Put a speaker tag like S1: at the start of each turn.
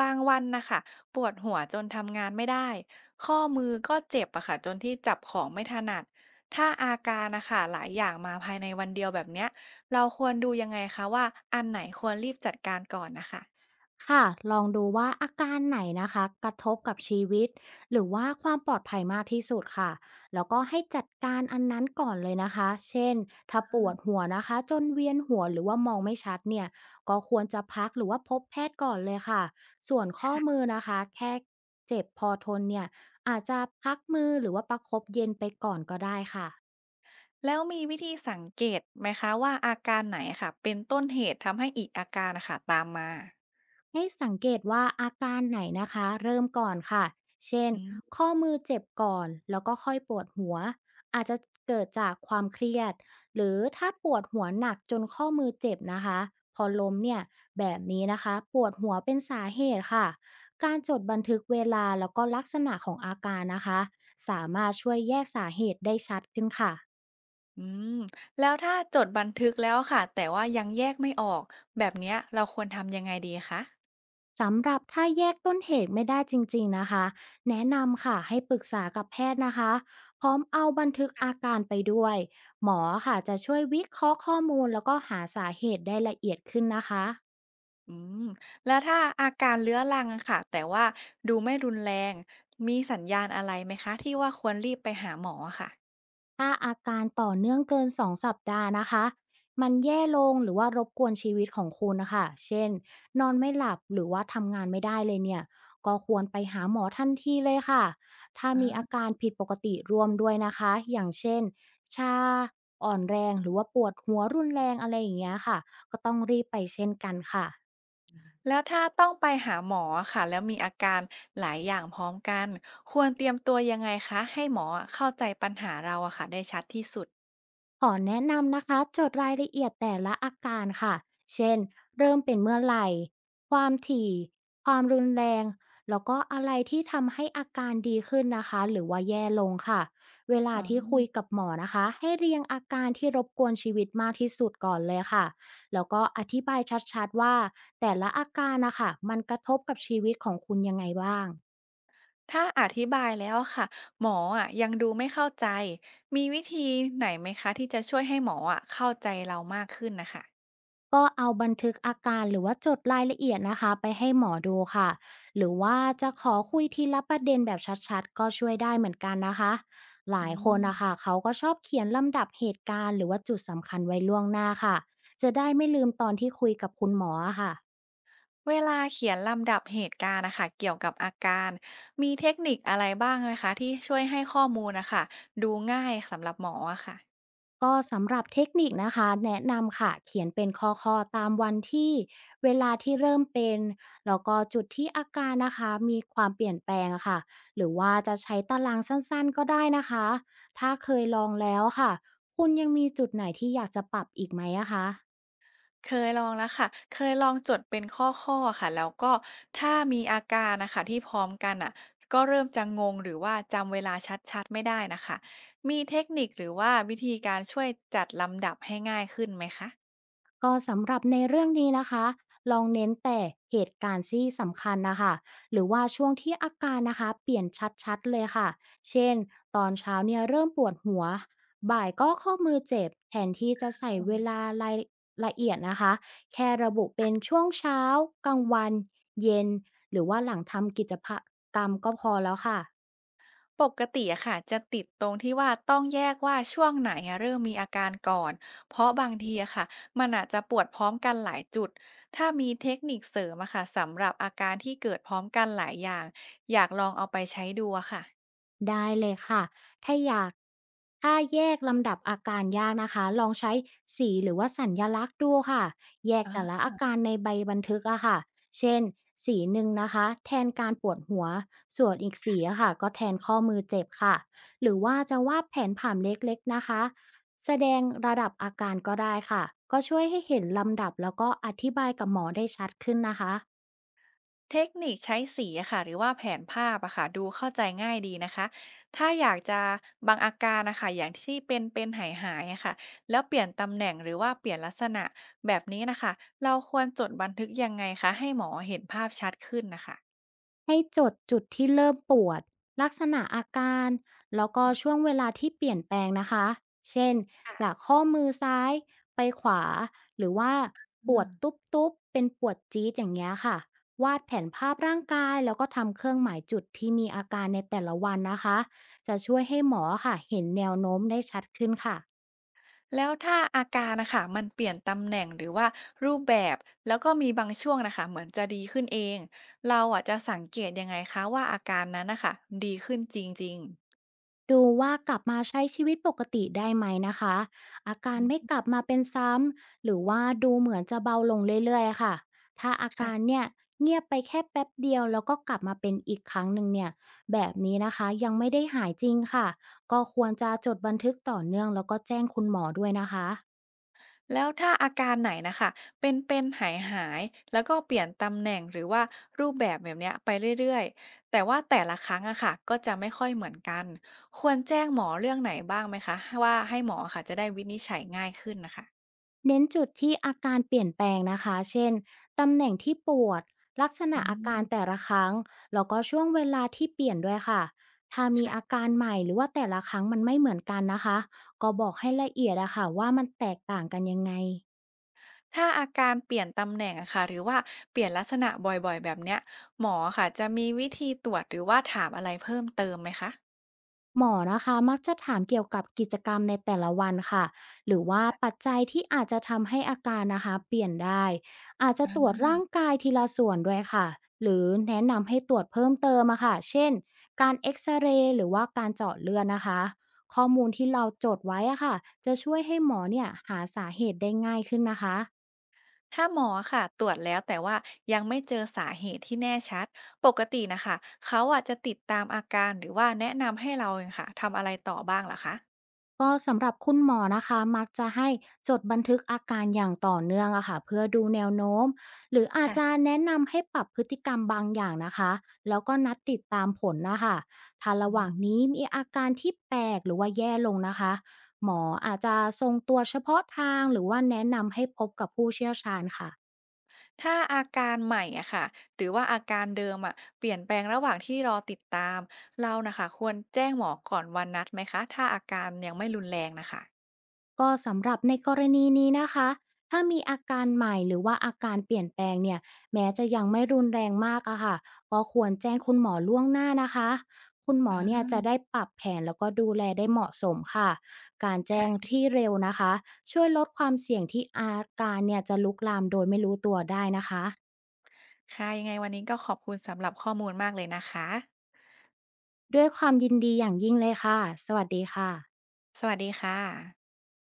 S1: บางวันนะคะปวดหัวจนทำงานไม่ได้ข้อมือก็เจ็บอะค่ะจนที่จับของไม่ถนัดถ้าอาการนะคะหลายอย่างมาภายในวันเดียวแบบเนี้ยเราควรดูยังไงคะว่าอันไหนควรรีบจัดการก่อนนะคะ
S2: ค่ะลองดูว่าอาการไหนนะคะกระทบกับชีวิตหรือว่าความปลอดภัยมากที่สุดค่ะแล้วก็ให้จัดการอันนั้นก่อนเลยนะคะเช่นถ้าปวดหัวนะคะจนเวียนหัวหรือว่ามองไม่ชัดเนี่ยก็ควรจะพักหรือว่าพบแพทย์ก่อนเลยค่ะส่วนข้อมือนะคะแค่เจ็บพอทนเนี่ยอาจจะพักมือหรือว่าประคบเย็นไปก่อนก็ได้ค่ะ
S1: แล้วมีวิธีสังเกตไหมคะว่าอาการไหนอะค่ะเป็นต้นเหตุทำให้อีกอาการนะคะตามมา
S2: ให้สังเกตว่าอาการไหนนะคะเริ่มก่อนค่ะเช่น
S1: อืม
S2: ข้อมือเจ็บก่อนแล้วก็ค่อยปวดหัวอาจจะเกิดจากความเครียดหรือถ้าปวดหัวหนักจนข้อมือเจ็บนะคะพอล้มเนี่ยแบบนี้นะคะปวดหัวเป็นสาเหตุค่ะการจดบันทึกเวลาแล้วก็ลักษณะของอาการนะคะสามารถช่วยแยกสาเหตุได้ชัดขึ้นค่ะ
S1: อืมแล้วถ้าจดบันทึกแล้วค่ะแต่ว่ายังแยกไม่ออกแบบเนี้ยเราควรทำยังไงดีคะ
S2: สำหรับถ้าแยกต้นเหตุไม่ได้จริงๆนะคะแนะนำค่ะให้ปรึกษากับแพทย์นะคะพร้อมเอาบันทึกอาการไปด้วยหมอค่ะจะช่วยวิเคราะห์ข้อมูลแล้วก็หาสาเหตุได้ละเอียดขึ้นนะคะ
S1: อืมแล้วถ้าอาการเรื้อรังอะค่ะแต่ว่าดูไม่รุนแรงมีสัญญาณอะไรไหมคะที่ว่าควรรีบไปหาหมออะค่ะ
S2: ถ้าอาการต่อเนื่องเกิน2สัปดาห์นะคะมันแย่ลงหรือว่ารบกวนชีวิตของคุณนะคะเช่น นอนไม่หลับหรือว่าทำงานไม่ได้เลยเนี่ย ก็ควรไปหาหมอทันทีเลยค่ะ ถ้า
S1: อ่
S2: มีอา
S1: า
S2: การผิดปกติรวมด้วยนะคะ อย่างเช่นชาอ่อนแรงหรือว่าปวดหัวรุนแรงอะไรอย่างเงี้ยค่ะ ก็ต้องรีบไปเช่นกันค่ะ
S1: แล้วถ้าต้องไปหาหมออะค่ะแล้วมีอาการหลายอย่างพร้อมกันควรเตรียมตัวยังไงคะให้หมออะเข้าใจปัญหาเราอะค่ะได้ชัดที่สุด
S2: ขอแนะนำนะคะจดรายละเอียดแต่ละอาการค่ะเช่นเริ่มเป็นเมื่อไหร่ความถี่ความรุนแรงแล้วก็อะไรที่ทำให้อาการดีขึ้นนะคะหรือว่าแย่ลงค่ะเวลา
S1: อา
S2: ที่คุยกับหมอนะคะให้เรียงอาการที่รบกวนชีวิตมากที่สุดก่อนเลยค่ะแล้วก็อธิบายชัดๆว่าแต่ละอาการนะคะมันกระทบกับชีวิตของคุณยังไงบ้าง
S1: ถ้าอธิบายแล้วอะค่ะหมออะยังดูไม่เข้าใจมีวิธีไหนไหมคะที่จะช่วยให้หมออะเข้าใจเรามากขึ้นนะคะ
S2: ก็เอาบันทึกอาการหรือว่าจดรายละเอียดนะคะไปให้หมอดูค่ะหรือว่าจะขอคุยทีละประเด็นแบบชัดๆก็ช่วยได้เหมือนกันนะคะหลา
S1: อื
S2: ยคน
S1: ม
S2: นะคะเขาก็ชอบเขียนลำดับเหตุการณ์หรือว่าจุดสำคัญไว้ล่วงหน้าค่ะจะได้ไม่ลืมตอนที่คุยกับคุณหมออะค่ะ
S1: เวลาเขียนลำดับเหตุการณ์นะคะเกี่ยวกับอาการมีเทคนิคอะไรบ้างไหมคะที่ช่วยให้ข้อมูลนะคะดูง่ายสำหรับหมออะค่ะ
S2: ก็สำหรับเทคนิคนะคะแนะนำค่ะเขียนเป็นข้อๆตามวันที่เวลาที่เริ่มเป็นแล้วก็จุดที่อาการนะคะมีความเปลี่ยนแปลงอะค่ะหรือว่าจะใช้ตารางสั้นๆก็ได้นะคะถ้าเคยลองแล้วค่ะคุณยังมีจุดไหนที่อยากจะปรับอีกไหมอะคะ
S1: เคยลองแล้วค่ะเคยลองจดเป็นข้อๆค่ะแล้วก็ถ้ามีอาการนะคะที่พร้อมกันอ่ะก็เริ่มจะงงหรือว่าจำเวลาชัดๆไม่ได้นะคะมีเทคนิคหรือว่าวิธีการช่วยจัดลำดับให้ง่ายขึ้นไหมคะ
S2: ก็สำหรับในเรื่องนี้นะคะ ลองเน้นแต่เหตุการณ์ที่สำคัญนะคะ หรือว่าช่วงที่อาการนะคะเปลี่ยนชัดๆเลยค่ะ เช่น ตอนเช้าเนี่ยเริ่มปวดหัว บ่ายก็ข้อมือเจ็บแทนที่จะใส่เวลารายละเอียดนะคะ แค่ระบุเป็นช่วงเช้ากลางวัน เย็น หรือว่าหลังทำกิจกรรมก็พอแล้วค่ะ
S1: ปกติอะค่ะจะติดตรงที่ว่าต้องแยกว่าช่วงไหนอะเริ่มมีอาการก่อนเพราะบางทีอะค่ะมันอาจจะปวดพร้อมกันหลายจุดถ้ามีเทคนิคเสริมอะค่ะสำหรับอาการที่เกิดพร้อมกันหลายอย่างอยากลองเอาไปใช้ดูอะค่ะ
S2: ได้เลยค่ะ ถ้าอยากถ้าแยกลำดับอาการยากนะคะลองใช้สีหรือว่าสัญลักษณ์ดูค่ะ แยกแต่ละ
S1: อา
S2: อาการในใบบันทึกอะค่ะเช่นสีหนึ่งนะคะแทนการปวดหัวส่วนอีกสีอะค่ะก็แทนข้อมือเจ็บค่ะ หรือว่าจะวาดแผนผังเล็กๆนะคะ แสดงระดับอาการก็ได้ค่ะก็ช่วยให้เห็นลำดับแล้วก็อธิบายกับหมอได้ชัดขึ้นนะคะ
S1: เทคนิคใช้สีอะค่ะหรือว่าแผนภาพอะค่ะดูเข้าใจง่ายดีนะคะถ้าอยากจะบางอาการนะคะอย่างที่เป็นเป็นหายๆอะค่ะแล้วเปลี่ยนตำแหน่งหรือว่าเปลี่ยนลักษณะแบบนี้นะคะเราควรจดบันทึกยังไงคะให้หมอเห็นภาพชัดขึ้นนะคะ
S2: ให้จดจุดที่เริ่มปวดลักษณะอาการแล้วก็
S1: อืม
S2: ช่วงเวลาที่เปลี่ยนแปลงนะคะเช่นจา
S1: ค่ะ
S2: กข้อมือซ้ายไปขวาหรือว่า
S1: อ
S2: ปวด
S1: ม
S2: ตุ๊บๆเป็นปวดจี๊ดอย่างเงี้ยค่ะวาดแผนภาพร่างกายแล้วก็ทำเครื่องหมายจุดที่มีอาการในแต่ละวันนะคะจะช่วยให้หมอค่ะเห็นแนวโน้มได้ชัดขึ้นค่ะ
S1: แล้วถ้าอาการนะคะมันเปลี่ยนตำแหน่งหรือว่ารูปแบบแล้วก็มีบางช่วงนะคะเหมือนจะดีขึ้นเองเราอะจะสังเกตยังไงคะว่าอาการนั้นนะคะดีขึ้นจริงๆ
S2: ดูว่ากลับมาใช้ชีวิตปกติได้ไหมนะคะอาการไม่กลับมาเป็นซ้ำหรือว่าดูเหมือนจะเบาลงเรื่อยๆค่ะถ้าอาการ
S1: ค่ะ
S2: เนี่ยเงียบไปแค่แป๊บเดียวแล้วก็กลับมาเป็นอีกครั้งหนึ่งเนี่ยแบบนี้นะคะยังไม่ได้หายจริงค่ะก็ควรจะจดบันทึกต่อเนื่องแล้วก็แจ้งคุณหมอด้วยนะคะ
S1: แล้วถ้าอาการไหนนะคะเป็นๆหายๆแล้วก็เปลี่ยนตำแหน่งหรือว่ารูปแบบแบบเนี้ยไปเรื่อยๆแต่ว่าแต่ละครั้งอะค่ะก็จะไม่ค่อยเหมือนกันควรแจ้งหมอเรื่องไหนบ้างไหมคะว่าให้หมอค่ะจะได้วินิจฉัยง่ายขึ้นนะคะ
S2: เน้นจุดที่อาการเปลี่ยนแปลงนะคะ เช่น ตำแหน่งที่ปวด ลักษณะ
S1: อื
S2: อาการแต่
S1: ม
S2: ละครั้ง แล้วก็ช่วงเวลาที่เปลี่ยนด้วยค่ะถ้ามีอา
S1: ค่ะ
S2: การใหม่หรือว่าแต่ละครั้งมันไม่เหมือนกันนะคะ ก็บอกให้ละเอียดอะค่ะว่ามันแตกต่างกันยังไง
S1: ถ้าอาการเปลี่ยนตำแหน่งอะค่ะหรือว่าเปลี่ยนลักษณะบ่อยๆแบบเนี้ยหมอค่ะจะมีวิธีตรวจหรือว่าถามอะไรเพิ่มเติมไหมคะ
S2: หมอนะคะมักจะถามเกี่ยวกับกิจกรรมในแต่ละวันค่ะหรือว่าปัจจัยที่อาจจะทำให้อาการนะคะเปลี่ยนได้อาจจะตรวจร่างกายทีละส่วนด้วยค่ะหรือแนะนำให้ตรวจเพิ่มเติมอะค่ะเช่นการเอ็กซเรย์หรือว่าการเจาะเลือดนะคะข้อมูลที่เราจดไว้อะค่ะจะช่วยให้หมอเนี่ยหาสาเหตุได้ง่ายขึ้นนะคะ
S1: ถ้าหมอค่ะตรวจแล้วแต่ว่ายังไม่เจอสาเหตุที่แน่ชัดปกตินะคะเขาอาจจะติดตามอาการหรือว่าแนะนำให้เราเองค่ะทำอะไรต่อบ้างเหรอคะ
S2: ก็สำหรับคุณหมอนะคะมักจะให้จดบันทึกอาการอย่างต่อเนื่องอะค่ะเพื่อดูแนวโน้มหรืออาจจะ
S1: ค่ะ
S2: แนะนำให้ปรับพฤติกรรมบางอย่างนะคะแล้วก็นัดติดตามผลนะคะถ้าระห
S1: อื
S2: ว่าง
S1: ม
S2: นี้มีอาการที่แปลกหรือว่าแย่ลงนะคะหมออาจจะทรงตัวเฉพาะทางหรือว่าแนะนำให้พบกับผู้เชี่ยวชาญค่ะ
S1: ถ้าอาการใหม่อะค่ะหรือว่าอาการเดิมอะเปลี่ยนแปลงระหว่างที่รอติดตามเรานะคะควรแจ้งหมอก่อนวันนัดไหมคะถ้าอาการยังไม่รุนแรงนะคะ
S2: ก็สำหรับในกรณีนี้นะคะถ้ามีอาการใหม่หรือว่าอาการเปลี่ยนแปลงเนี่ยแม้จะยังไม่รุนแรงมากอะค่ะก็ควรแจ้งคุณหมอล่วงหน้านะคะคุณหมอ
S1: อ่
S2: เนี่ย
S1: า
S2: จะได้ปรับแผนแล้วก็ดูแลได้เหมาะสมค่ะการแจ้ง
S1: ค่ะ
S2: ที่เร็วนะคะช่วยลดความเสี่ยงที่อาการเนี่ยจะลุกลามโดยไม่รู้ตัวได้นะคะ
S1: ค่ะยังไงวันนี้ก็ขอบคุณสำหรับข้อมูลมากเลยนะคะ
S2: ด้วยความยินดีอย่างยิ่งเลยค่ะสวัสดีค่ะ
S1: สวัสดีค่ะ